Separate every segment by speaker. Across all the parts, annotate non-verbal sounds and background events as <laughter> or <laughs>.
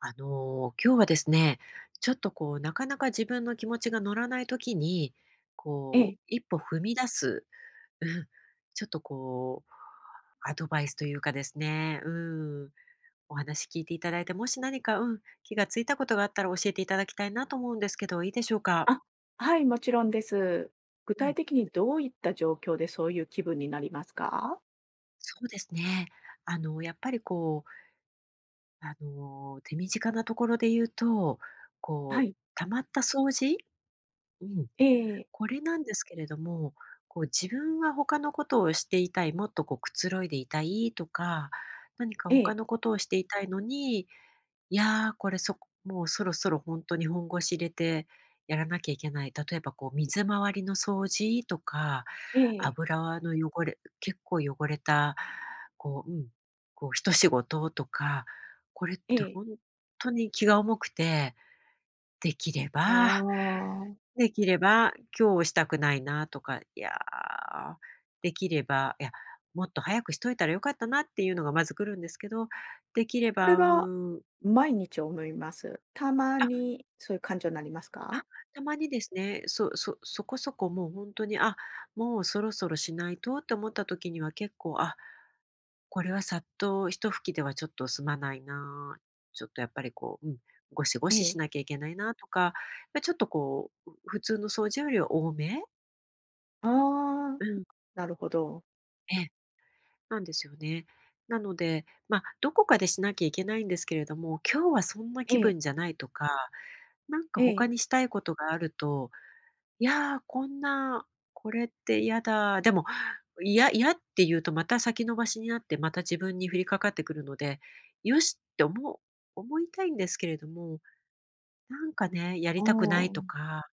Speaker 1: 今日はですね、ちょっとなかなか自分の気持ちが乗らない時に、
Speaker 2: ええ。
Speaker 1: 一歩踏み出す、うん、ちょっとアドバイスというかですね、お話聞いていただいて、もし何か、気がついたことがあったら教えていただきたいなと思うんですけど、いいでしょうか？
Speaker 2: あ、はい、もちろんです。具
Speaker 1: う
Speaker 2: 体
Speaker 1: ん、
Speaker 2: 的にどういった状況でそういう気分になりますか？
Speaker 1: そうですね。やっぱり手短なところで言うと、こ
Speaker 2: は
Speaker 1: う、
Speaker 2: い。
Speaker 1: たまった掃除？うん。
Speaker 2: えええ
Speaker 1: これなんですけれども、こう自分は他のことをしていたい、もっとこうくつろいでいたいとか、何か
Speaker 2: え
Speaker 1: 他のことをしていたいのに、いや、そこもうそろそろほんとに本腰入れてやらなきゃいけない。例えばこう水回りの掃除とか、
Speaker 2: ええ
Speaker 1: 油の汚れ結構汚れた、こう、うん、こう一仕事とか、これっ
Speaker 2: え
Speaker 1: て
Speaker 2: え。
Speaker 1: ほんとに気が重くて、できれ
Speaker 2: あ
Speaker 1: ば
Speaker 2: あ。
Speaker 1: できれば、今日したくないなとか、いやー、できれば、いや、もっと早くしといたらよかったなっていうのがまず来るんですけど、できれ
Speaker 2: それ
Speaker 1: ば、う
Speaker 2: が
Speaker 1: ーん、
Speaker 2: 毎日思います。たま
Speaker 1: あ、
Speaker 2: にそういう感情になります
Speaker 1: あ、
Speaker 2: か？
Speaker 1: たまにですね、そこそこもう本当に、もうそろそろしないとって思った時には結構、これはさっと一吹きではちょっと済まないな、ちょっとやっぱりゴシゴ
Speaker 2: え
Speaker 1: シし
Speaker 2: え。
Speaker 1: なきゃいけないなとか、ま、ちょっと普通の掃除よりは多め
Speaker 2: ああ、
Speaker 1: うん、
Speaker 2: なるほど。
Speaker 1: ええ。なんですよね。なので、まあ、どこかでしなきゃいけないんですけれども、今日はそんな
Speaker 2: え
Speaker 1: 気
Speaker 2: え
Speaker 1: 分じゃないとか、なんか
Speaker 2: ええ。
Speaker 1: 他にしたいことがあると、いや、こんな、これって嫌だ、でも、いや嫌って言うとまた先延ばしになって、また自分に降りかかってくるので、よしって思いたいんですけれども、なんかね、やり
Speaker 2: あ
Speaker 1: たくないと
Speaker 2: あ。
Speaker 1: か、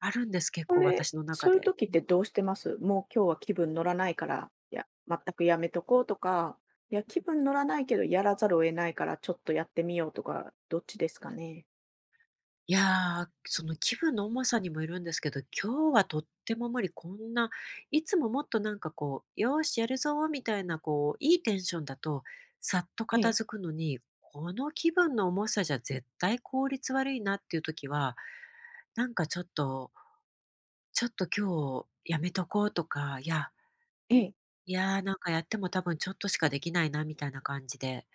Speaker 1: あるんです、結構私の中
Speaker 2: そういう
Speaker 1: で。
Speaker 2: 時ってどうしてます？もう今日は気分乗らないから、いや、全くやめとこうとか、いや、気分乗らないけどやらざるを得ないからちょっとやってみようとか、どっちですかね？
Speaker 1: いやー、その気分の重さにもよるんですけど、今日はとっても無理、こんないつももっとなんかよーしやるぞーみたいないいテンションだと、さっと
Speaker 2: え
Speaker 1: 片
Speaker 2: え、
Speaker 1: 付くのに、この気分の重さじゃ絶対効率悪いなっていう時は、なんかちょっと、ちょっと今日やめとこうとか、いや、
Speaker 2: ええ。
Speaker 1: いや、なんかやっても多分ちょっとしかできないなみたいな感じで、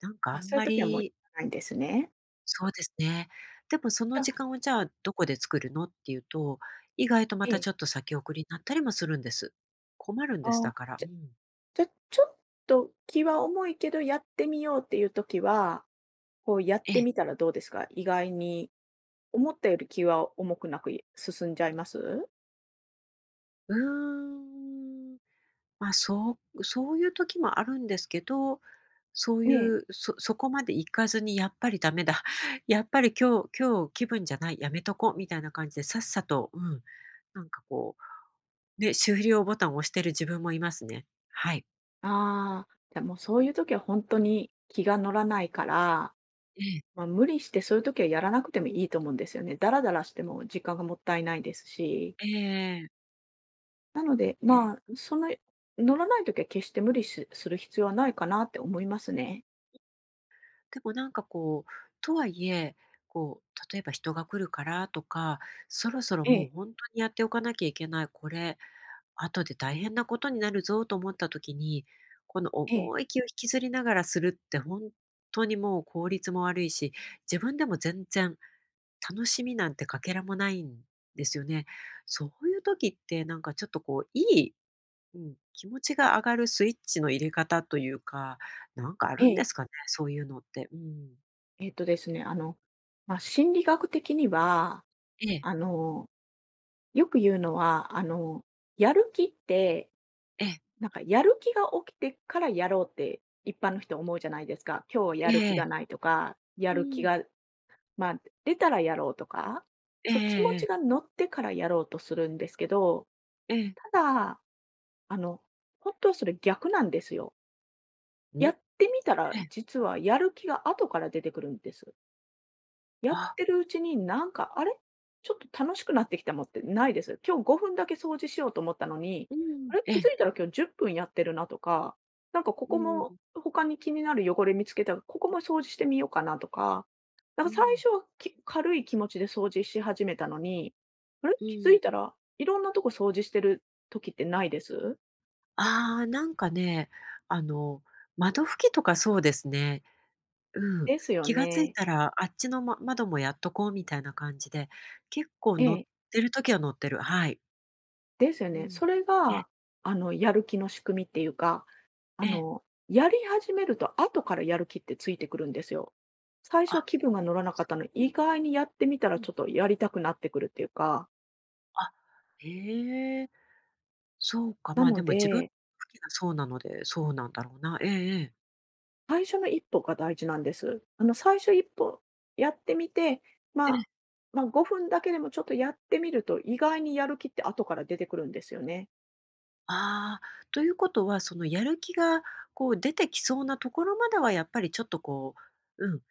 Speaker 1: なんかあ
Speaker 2: あ、
Speaker 1: ん
Speaker 2: そういう
Speaker 1: ま
Speaker 2: 時はもう行
Speaker 1: り
Speaker 2: かないんですね。
Speaker 1: そうですね。でもそ
Speaker 2: じ
Speaker 1: の
Speaker 2: ゃ
Speaker 1: 時間をじゃあどこで作るのっていうと、意外とま
Speaker 2: え
Speaker 1: た
Speaker 2: え、
Speaker 1: ちょっと先送りになったりもするんです。困るんです、
Speaker 2: ああ、
Speaker 1: だから。う
Speaker 2: じゃ
Speaker 1: ん。
Speaker 2: じゃ、ちょっと気は重いけどやってみようっていう時は、こうやっ
Speaker 1: え
Speaker 2: て
Speaker 1: え。
Speaker 2: みたらどうですか？意外に思ったより気は重くなく、い進んじゃいます？
Speaker 1: うーん。ま、そういう時もあるんですけど、そうい
Speaker 2: ええ。
Speaker 1: う、そそこまで行かずにやっぱりダメだ、<laughs> やっぱり今日気分じゃない、やめとこうみたいな感じでさっさと、なんかね、終了ボタンを押してる自分もいますね。はい。
Speaker 2: ああ、じゃあもうそういう時は本当に気が乗らないから、
Speaker 1: ええ。
Speaker 2: まあ、無理してそういう時はやらなくてもいいと思うんですよね。ダラダラしても時間がもったいないですし。
Speaker 1: ええ。
Speaker 2: なので、
Speaker 1: え
Speaker 2: まあ、
Speaker 1: え。
Speaker 2: その乗らない時は決して無理しする必要はないかなって思いますね。
Speaker 1: でもなんかとはいえ、例えば人が来るからとか、そろそろ
Speaker 2: え
Speaker 1: もう
Speaker 2: え、
Speaker 1: 本当にやっておかなきゃいけない、これ、後で大変なことになるぞと思った時に、この
Speaker 2: ええ、
Speaker 1: 重い気を引きずりながらするって本当にもう効率も悪いし、自分でも全然楽しみなんてかけらもないんですよね。そういう時ってなんかちょっとこう、いい、うん、気持ちが上がるスイッチの入れ方というか、なんかあ
Speaker 2: え
Speaker 1: るんで
Speaker 2: え。
Speaker 1: すかね、そういうのって。うん。
Speaker 2: えっとですね、あの、まあ、心理学的には、
Speaker 1: ええ、
Speaker 2: あの、よく言うのは、やる気って
Speaker 1: ええ、
Speaker 2: なんかやる気が起きてからやろうって一般の人思うじゃないですか。今日はや
Speaker 1: え
Speaker 2: る
Speaker 1: え
Speaker 2: 気
Speaker 1: え
Speaker 2: がな
Speaker 1: え。
Speaker 2: いとか、や
Speaker 1: う
Speaker 2: る気
Speaker 1: ーん。
Speaker 2: が、まあ、出たらやろうとか、
Speaker 1: えええ
Speaker 2: そう、気持
Speaker 1: ええ
Speaker 2: ちが
Speaker 1: え、
Speaker 2: 乗ってからやろうとするんですけど、ただ、あの、本当はそれ逆なんですよ。
Speaker 1: うん、
Speaker 2: や
Speaker 1: え
Speaker 2: ってみたら、
Speaker 1: え、
Speaker 2: 実はやる気が後から出てくるんです。やっ
Speaker 1: あ、
Speaker 2: てるうちに、なんか、あれ、ちょっと楽しくなってきたもんってないです。今日5分だけ掃除しようと思ったのに、
Speaker 1: う
Speaker 2: あ
Speaker 1: ん。
Speaker 2: れ、
Speaker 1: ええ
Speaker 2: 気づ
Speaker 1: ええ
Speaker 2: いたら今日10分やってるなとか、なんかこ
Speaker 1: う
Speaker 2: こも
Speaker 1: ん、
Speaker 2: 他に気になる汚れ見つけたら、ここも掃除してみようかなとか、なん
Speaker 1: う
Speaker 2: か最
Speaker 1: ん、
Speaker 2: 初はき軽い気持ちで掃除し始めたのに、あれ、
Speaker 1: う
Speaker 2: 気づい
Speaker 1: ん。
Speaker 2: たらいろんなとこ掃除してる時ってないです？
Speaker 1: ああ、なんかね、あの、窓拭きとかそうですね。うん、
Speaker 2: ですよ
Speaker 1: 気がつい
Speaker 2: ね。
Speaker 1: たらあっちの、窓もやっとこうみたいな感じで、結構
Speaker 2: え
Speaker 1: 乗っ
Speaker 2: え。
Speaker 1: てる時は乗ってる、はい。
Speaker 2: ですよ
Speaker 1: う
Speaker 2: ね。
Speaker 1: ん。
Speaker 2: それ
Speaker 1: ええ、
Speaker 2: が、やる気の仕組みっていうか、
Speaker 1: え
Speaker 2: やり始めると後からやる気ってついてくるんですよ。最初は
Speaker 1: あ、
Speaker 2: 気分が乗らなかっ
Speaker 1: そ
Speaker 2: たの、
Speaker 1: うな
Speaker 2: 意外にやってみたら
Speaker 1: うん、
Speaker 2: ちょっとやりたくなってくるっていうか、
Speaker 1: あ、へえ、そうか、
Speaker 2: な
Speaker 1: まあ、で
Speaker 2: の
Speaker 1: も自分拭
Speaker 2: で、
Speaker 1: きがそうなので、そうなんだろうな。ええ。
Speaker 2: 最初の一歩が大事なんです。あの、最初一歩やってみて、ま
Speaker 1: ええ。
Speaker 2: あ、まあ、5分だけでもちょっとやってみると、意外にやる気って後から出てくるんですよね。
Speaker 1: ああ、ということは、そのやる気が出てきそうなところまではやっぱりちょっとう、うん、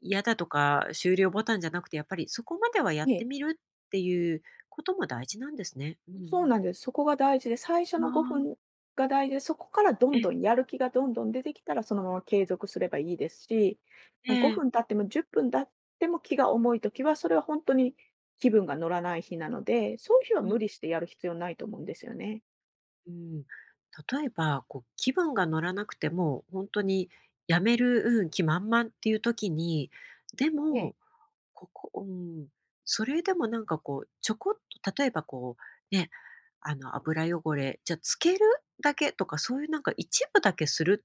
Speaker 1: 嫌だとか終了ボタンじゃなくて、やっぱりそこまではやってみるっていうことも大事なんですね。うんう
Speaker 2: そう
Speaker 1: ん。
Speaker 2: なんです。そこが大事で、最初
Speaker 1: あ
Speaker 2: の5分
Speaker 1: あ、
Speaker 2: が大事で、そこからど
Speaker 1: え
Speaker 2: んど
Speaker 1: え、
Speaker 2: んやる気がどんどん出てきたら、そのまま継続すればいいですし、
Speaker 1: え
Speaker 2: ま、5
Speaker 1: え、
Speaker 2: 分経っても10分経っても気が重い時は、それは本当に気分が乗らない日なので、そういう日は
Speaker 1: う
Speaker 2: 無
Speaker 1: ん、
Speaker 2: 理してやる必要ないと思うんですよね。
Speaker 1: うん。例えば、こう気分が乗らなくても、本当にやめる、うん、気満々っていう時に、で
Speaker 2: ええ、
Speaker 1: もここうん。それでもなんかちょこっと例えばね、油汚れ、じゃ、つけるだけとか、そういうなんか一部だけする、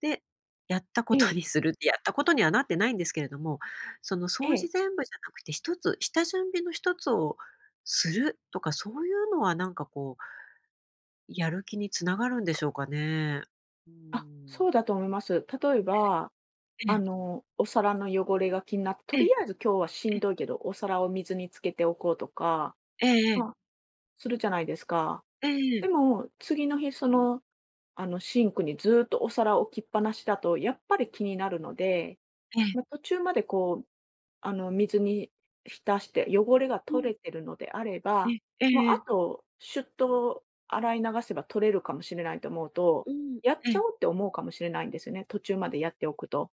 Speaker 1: で、
Speaker 2: ええ。
Speaker 1: やったことにはなってないんですけれども、その
Speaker 2: え
Speaker 1: 掃除
Speaker 2: え。
Speaker 1: 全部じゃなくて、一つ下準備の一つをするとか、そういうのはなんかやる気につながるんでしょうかね。う
Speaker 2: あ、
Speaker 1: ん。
Speaker 2: そうだと思います。例えば、
Speaker 1: ええ、
Speaker 2: お皿の汚れが気になって、と
Speaker 1: え
Speaker 2: り
Speaker 1: え、
Speaker 2: あえず今日はしん
Speaker 1: ええ、
Speaker 2: どいけど、お皿を水につけておこうとか、
Speaker 1: ええ、
Speaker 2: まあ、するじゃないですか。
Speaker 1: ええ、
Speaker 2: でも、次の日、その、シンクにずーっとお皿を置きっぱなしだと、やっぱり気になるので、
Speaker 1: ええ、
Speaker 2: まあ、途中までこう、水に浸して汚れが
Speaker 1: う
Speaker 2: 取
Speaker 1: ん、
Speaker 2: れてるのであれ
Speaker 1: え、
Speaker 2: ば、
Speaker 1: ええ
Speaker 2: もう
Speaker 1: え
Speaker 2: あ
Speaker 1: え、
Speaker 2: と、シュッと洗い流せば取れるかもしれないと思うと、
Speaker 1: うん、
Speaker 2: やっ
Speaker 1: え
Speaker 2: ちゃ
Speaker 1: え。
Speaker 2: おうって思うかもしれないんですよね、途中までやっておくと。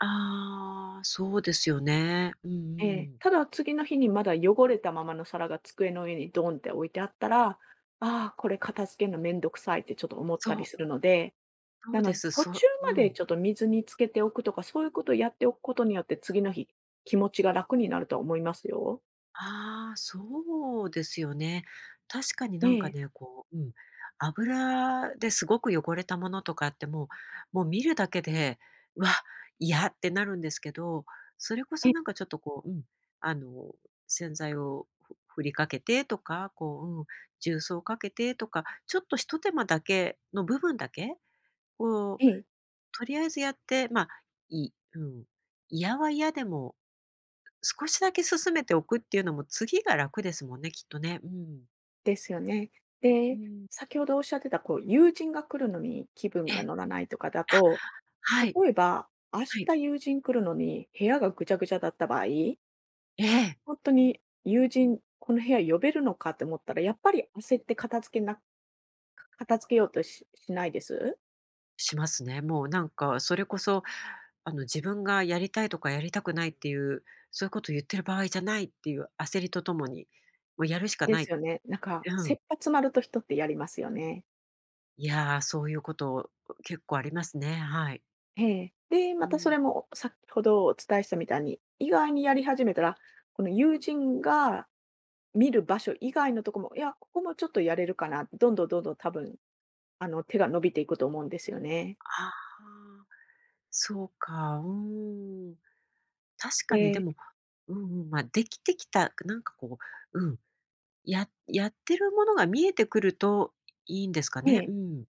Speaker 1: ああ、そうですよね。うんう
Speaker 2: ええ、
Speaker 1: ん。
Speaker 2: ただ次の日にまだ汚れたままの皿が机の上にドンって置いてあったら、ああ、これ片付けるのめんどくさいってちょっと思っ
Speaker 1: そ
Speaker 2: たり
Speaker 1: う、
Speaker 2: するので
Speaker 1: そ
Speaker 2: な
Speaker 1: う
Speaker 2: の
Speaker 1: で
Speaker 2: で、
Speaker 1: す。
Speaker 2: 途
Speaker 1: そう
Speaker 2: 中ま
Speaker 1: う
Speaker 2: で
Speaker 1: ん。
Speaker 2: ちょっと水につけておくとか、そういうことをやっておくことによって、次の日、気持ちが楽になるとは思いますよ。
Speaker 1: ああ、そうですよね。確かに
Speaker 2: え
Speaker 1: なんか
Speaker 2: え。
Speaker 1: ね、油ですごく汚れたものとかってもう見るだけで、「わ、嫌」ってなるんですけど、それこ
Speaker 2: え
Speaker 1: そなん
Speaker 2: え、
Speaker 1: かちょっとあの、洗剤を振りかけてとか、重曹をかけてとか、ちょっとひと手間だけの部分だけこう、
Speaker 2: ええ、
Speaker 1: とりあえずやって、まあ、いうん、嫌は嫌でも、少しだけ進めておくっていうのも次が楽ですもんね、きっとね。うん。
Speaker 2: ですよね。
Speaker 1: う
Speaker 2: で、
Speaker 1: ん。
Speaker 2: 先ほどおっしゃってた、こう、友人が来るのに気分
Speaker 1: え
Speaker 2: が
Speaker 1: え。
Speaker 2: 乗らないとかだ
Speaker 1: あ、
Speaker 2: と、
Speaker 1: はい。
Speaker 2: 例えば、明
Speaker 1: は
Speaker 2: 日
Speaker 1: い。
Speaker 2: 友人来るのに部屋がぐちゃぐちゃだった場合、
Speaker 1: ええ、
Speaker 2: 本当に友人、この部屋呼べるのかって思ったら、やっぱり焦って片付けな片付けようとししないです？
Speaker 1: しますね。もうなんかそれこそ、自分がやりたいとかやりたくないっていう、そういうこと言ってる場合じゃないっていう焦りとともに、もうやるしか
Speaker 2: で
Speaker 1: な
Speaker 2: す
Speaker 1: い。
Speaker 2: よね。なんか、
Speaker 1: うん。
Speaker 2: 切羽詰まると人ってやりますよね。
Speaker 1: いやー、そういうこと結構ありますね。はい。
Speaker 2: ええ。で、
Speaker 1: う
Speaker 2: またそ
Speaker 1: ん。
Speaker 2: れも先ほどお伝えしたみたいに、意外にやり始めたら、この友人が見る場所以外のとこも、いや、ここもちょっとやれるかな、どんどんどんどん多分、手が伸びていくと思うんですよね。
Speaker 1: ああ。そうか、うん。確
Speaker 2: で
Speaker 1: かに
Speaker 2: え
Speaker 1: でも、
Speaker 2: え。
Speaker 1: うんうん、まあ、できてきた、なんかう、うん、やってるものが見えてくるといいんですかね？うん。うん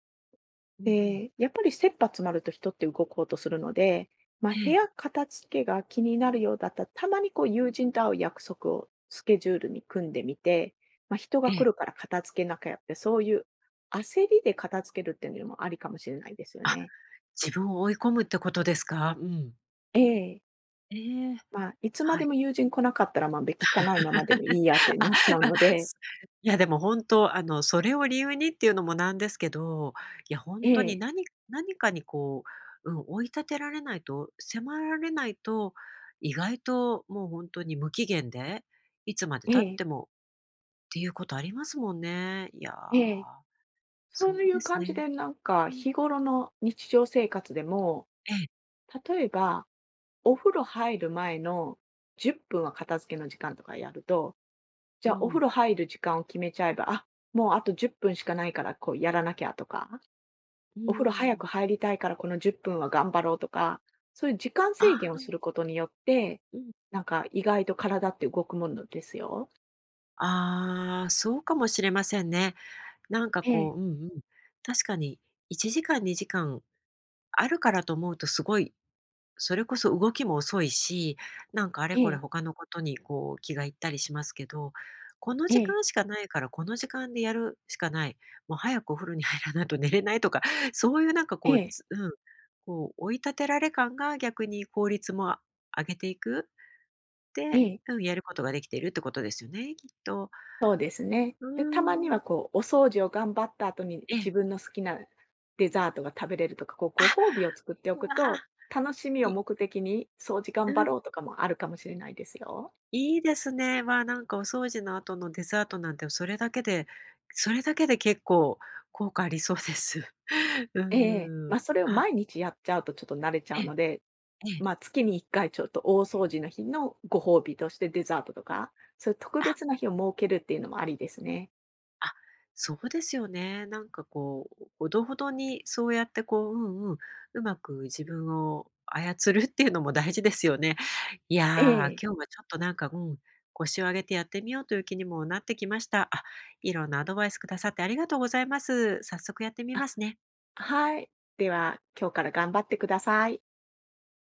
Speaker 1: うん。
Speaker 2: で、やっぱり切羽詰まると人って動こうとするので、まあ、
Speaker 1: え
Speaker 2: 部
Speaker 1: え、
Speaker 2: 屋片付けが気になるようだったら、たまにこう友人と会う約束をスケジュールに組んでみて、まあ、人が
Speaker 1: え
Speaker 2: 来
Speaker 1: え。
Speaker 2: るから片付けなきゃって、そういう焦りで片付けるっていうのもありかもしれないですよ
Speaker 1: あ、
Speaker 2: ね。
Speaker 1: 自分を追い込むってことですか？うん。
Speaker 2: ええ。
Speaker 1: ええ、
Speaker 2: まあ、いつま
Speaker 1: は
Speaker 2: で
Speaker 1: い。
Speaker 2: も友人来なかったら、まあ、べ汚いままでもいいやって
Speaker 1: <laughs> あ、
Speaker 2: なっちゃう
Speaker 1: ま、
Speaker 2: ので、
Speaker 1: すいや、でも本当、それを理由にっていうのもなんですけど、いや、本
Speaker 2: え
Speaker 1: 当に
Speaker 2: え、
Speaker 1: 何かに追い立てられないと、迫られないと、意外ともう本当に無期限で、いつまで
Speaker 2: え
Speaker 1: 経っ
Speaker 2: え、
Speaker 1: てもっていうことありますもんね。いや、
Speaker 2: ええ。そ
Speaker 1: そ
Speaker 2: う
Speaker 1: う
Speaker 2: い
Speaker 1: で
Speaker 2: う
Speaker 1: す
Speaker 2: 感じ
Speaker 1: ね。
Speaker 2: でなんか
Speaker 1: うん。
Speaker 2: 日頃の日常生活でも、
Speaker 1: ええ、
Speaker 2: 例えばお風呂入る前の10分は片付けの時間とかやると、じ
Speaker 1: う
Speaker 2: ゃあお
Speaker 1: ん、
Speaker 2: 風呂入る時間を決めちゃえば、あ、もうあと10分しかないからこうやらなきゃとか、
Speaker 1: う
Speaker 2: お風呂早
Speaker 1: ーん。
Speaker 2: く入りたいからこの10分は頑張ろうとか、そういう時間
Speaker 1: あ、
Speaker 2: 制限をすることによって、
Speaker 1: うん。
Speaker 2: なんか意外と体って動くものですよ。
Speaker 1: ああ、そうかもしれませんね。なんか
Speaker 2: ええ、
Speaker 1: うんうん、確かに1時間、2時間あるからと思うとすごい、それこそ動きも遅いし、なんかあれ
Speaker 2: え
Speaker 1: これ
Speaker 2: え、
Speaker 1: 他のことに気がいったりしますけど、この
Speaker 2: え
Speaker 1: 時
Speaker 2: え、
Speaker 1: 間しかないからこの時間でやるしかない、もう早くお風呂に入らないと寝れないとか、<laughs> そういうなんか
Speaker 2: え
Speaker 1: こう、
Speaker 2: え、
Speaker 1: つうん、こう追い立てられ感が逆に効率も上げていく。
Speaker 2: え
Speaker 1: で、
Speaker 2: え。
Speaker 1: やることができているってことですよね、きっと。
Speaker 2: そうですね。
Speaker 1: う
Speaker 2: で、たまに
Speaker 1: ー
Speaker 2: は
Speaker 1: ん。
Speaker 2: こう、お掃除を頑張った後に
Speaker 1: ええ。
Speaker 2: 自分の好きなデザートが食べれるとか、こう、
Speaker 1: あ、
Speaker 2: ご褒美を作ってお
Speaker 1: うわ、
Speaker 2: くと、楽しみを
Speaker 1: い
Speaker 2: 目的に掃除
Speaker 1: う
Speaker 2: 頑張
Speaker 1: ん。
Speaker 2: ろうとかもあるかもしれないですよ。
Speaker 1: いいですね。まあなんかお掃除の後のデザートなんて、それだけで結構効果ありそうです。<laughs> う
Speaker 2: ええ。
Speaker 1: ー
Speaker 2: ま
Speaker 1: ん。
Speaker 2: あ、それを
Speaker 1: あ、
Speaker 2: 毎日やっちゃうとちょっと慣れちゃう
Speaker 1: ええ、
Speaker 2: ので、
Speaker 1: ええ。
Speaker 2: まあ、月に1回ちょっと大掃除の日のご褒美としてデザートとか、そういう特
Speaker 1: あ、
Speaker 2: 別な日を設けるっていうのもありですね。
Speaker 1: あ、そうですよね。なんかほどほどにそうやってうんうん、うまく自分を操るっていうのも大事ですよね。いや、ー
Speaker 2: ええ。
Speaker 1: 今日はちょっとなんか、腰を上げてやってみようという気にもなってきました。あ、いろんなアドバイスくださってありがとうございます。早速やってみ
Speaker 2: あ、
Speaker 1: ますね。
Speaker 2: はい。では、今日から頑張ってください。